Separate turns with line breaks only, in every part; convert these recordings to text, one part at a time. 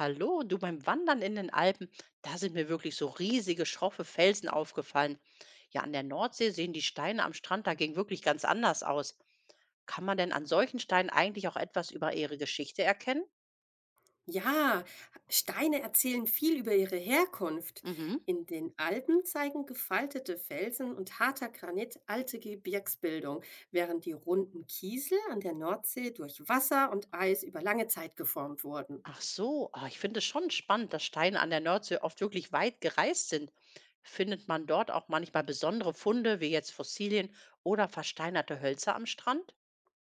Hallo, du beim Wandern in den Alpen, da sind mir wirklich so riesige, schroffe Felsen aufgefallen. Ja, an der Nordsee sehen die Steine am Strand dagegen wirklich ganz anders aus. Kann man denn an solchen Steinen eigentlich auch etwas über ihre Geschichte erkennen?
Ja, Steine erzählen viel über ihre Herkunft.
Mhm.
In den Alpen zeigen gefaltete Felsen und harter Granit alte Gebirgsbildung, während die runden Kiesel an der Nordsee durch Wasser und Eis über lange Zeit geformt wurden.
Ich finde es schon spannend, dass Steine an der Nordsee oft wirklich weit gereist sind. Findet man dort auch manchmal besondere Funde, wie jetzt Fossilien oder versteinerte Hölzer am Strand?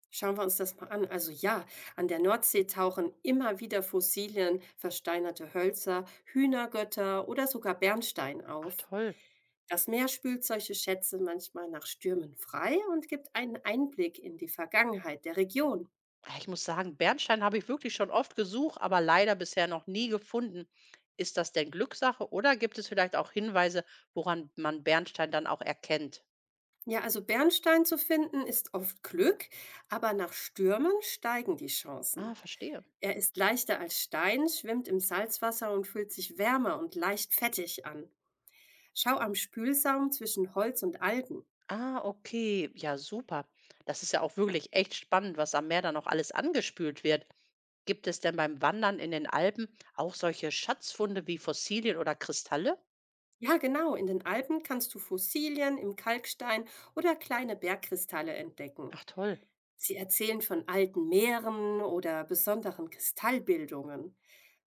Schauen wir uns das mal an. Also ja, an der Nordsee tauchen immer wieder Fossilien, versteinerte Hölzer, Hühnergötter oder sogar Bernstein
Ach
auf.
toll.
Das Meer spült solche Schätze manchmal nach Stürmen frei und gibt einen Einblick in die Vergangenheit der Region.
Ja, ich muss sagen, Bernstein habe ich wirklich schon oft gesucht, aber leider bisher noch nie gefunden. Ist das denn Glückssache oder gibt es vielleicht auch Hinweise, woran man Bernstein dann auch erkennt?
Ja, also Bernstein zu finden ist oft Glück, aber nach Stürmen steigen die
Ah,
Chancen.
verstehe.
Er ist leichter als Stein, schwimmt im Salzwasser und fühlt sich wärmer und leicht fettig an. Schau am Spülsaum zwischen Holz und Algen.
Ah, okay. Ja, super. Das ist ja auch wirklich echt spannend, was am Meer dann noch alles angespült wird. Gibt es denn beim Wandern in den Alpen auch solche Schatzfunde wie Fossilien oder Kristalle?
Ja, genau. In den Alpen kannst du Fossilien im Kalkstein oder kleine Bergkristalle entdecken.
Ach toll.
Sie erzählen von alten Meeren oder besonderen Kristallbildungen.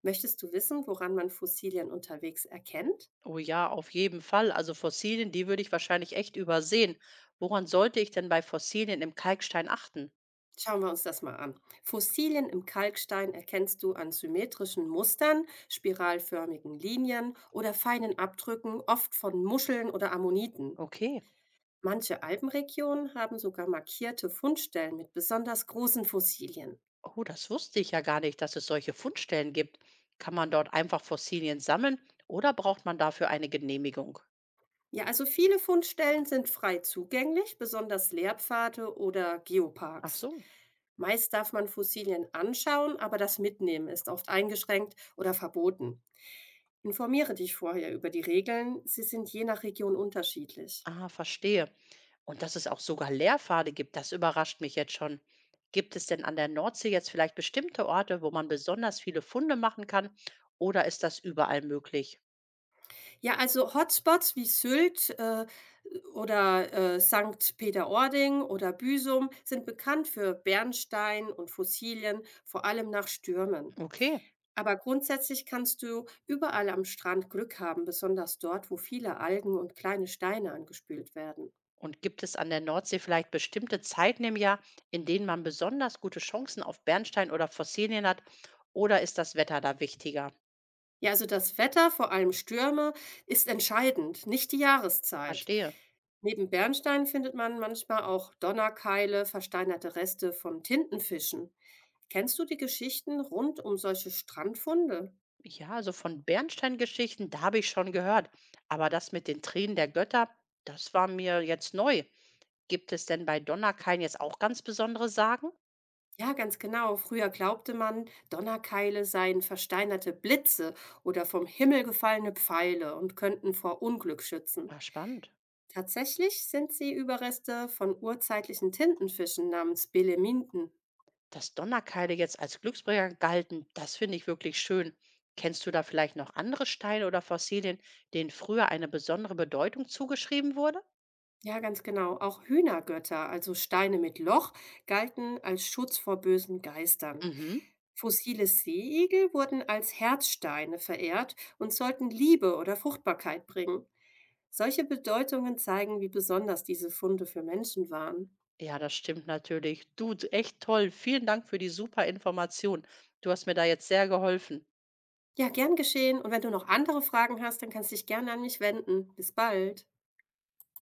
Möchtest du wissen, woran man Fossilien unterwegs erkennt?
Oh ja, auf jeden Fall. Also Fossilien, die würde ich wahrscheinlich echt übersehen. Woran sollte ich denn bei Fossilien im Kalkstein achten?
Schauen wir uns das mal an. Fossilien im Kalkstein erkennst du an symmetrischen Mustern, spiralförmigen Linien oder feinen Abdrücken, oft von Muscheln oder Ammoniten.
Okay.
Manche Alpenregionen haben sogar markierte Fundstellen mit besonders großen Fossilien.
Oh, das wusste ich ja gar nicht, dass es solche Fundstellen gibt. Kann man dort einfach Fossilien sammeln oder braucht man dafür eine Genehmigung?
Ja, also viele Fundstellen sind frei zugänglich, besonders Lehrpfade oder
Ach
Geoparks.
so.
Meist darf man Fossilien anschauen, aber das Mitnehmen ist oft eingeschränkt oder verboten. Informiere dich vorher über die Regeln. Sie sind je nach Region unterschiedlich.
Ah, verstehe. Und dass es auch sogar Lehrpfade gibt, das überrascht mich jetzt schon. Gibt es denn an der Nordsee jetzt vielleicht bestimmte Orte, wo man besonders viele Funde machen kann oder ist das überall möglich?
Ja, also Hotspots wie Sylt oder St. Peter-Ording oder Büsum sind bekannt für Bernstein und Fossilien, vor allem nach Stürmen.
Okay.
Aber grundsätzlich kannst du überall am Strand Glück haben, besonders dort, wo viele Algen und kleine Steine angespült werden.
Und gibt es an der Nordsee vielleicht bestimmte Zeiten im Jahr, in denen man besonders gute Chancen auf Bernstein oder Fossilien hat? Oder ist das Wetter da wichtiger?
Ja, also das Wetter, vor allem Stürme, ist entscheidend, nicht die Jahreszeit.
Verstehe.
Neben Bernstein findet man manchmal auch Donnerkeile, versteinerte Reste von Tintenfischen. Kennst du die Geschichten rund um solche Strandfunde?
Ja, also von Bernsteingeschichten, da habe ich schon gehört. Aber das mit den Tränen der Götter, das war mir jetzt neu. Gibt es denn bei Donnerkeil jetzt auch ganz besondere Sagen?
Ja, ganz genau. Früher glaubte man, Donnerkeile seien versteinerte Blitze oder vom Himmel gefallene Pfeile und könnten vor Unglück schützen.
Ah, spannend.
Tatsächlich sind sie Überreste von urzeitlichen Tintenfischen namens Beleminten.
Dass Donnerkeile jetzt als Glücksbringer galten, das finde ich wirklich schön. Kennst du da vielleicht noch andere Steine oder Fossilien, denen früher eine besondere Bedeutung zugeschrieben wurde?
Ja, ganz genau. Auch Hühnergötter, also Steine mit Loch, galten als Schutz vor bösen Geistern.
Mhm.
Fossile Seeigel wurden als Herzsteine verehrt und sollten Liebe oder Fruchtbarkeit bringen. Solche Bedeutungen zeigen, wie besonders diese Funde für Menschen waren.
Ja, das stimmt natürlich. Du, echt toll. Vielen Dank für die super Information. Du hast mir da jetzt sehr geholfen.
Ja, gern geschehen. Und wenn du noch andere Fragen hast, dann kannst du dich gerne an mich wenden. Bis bald.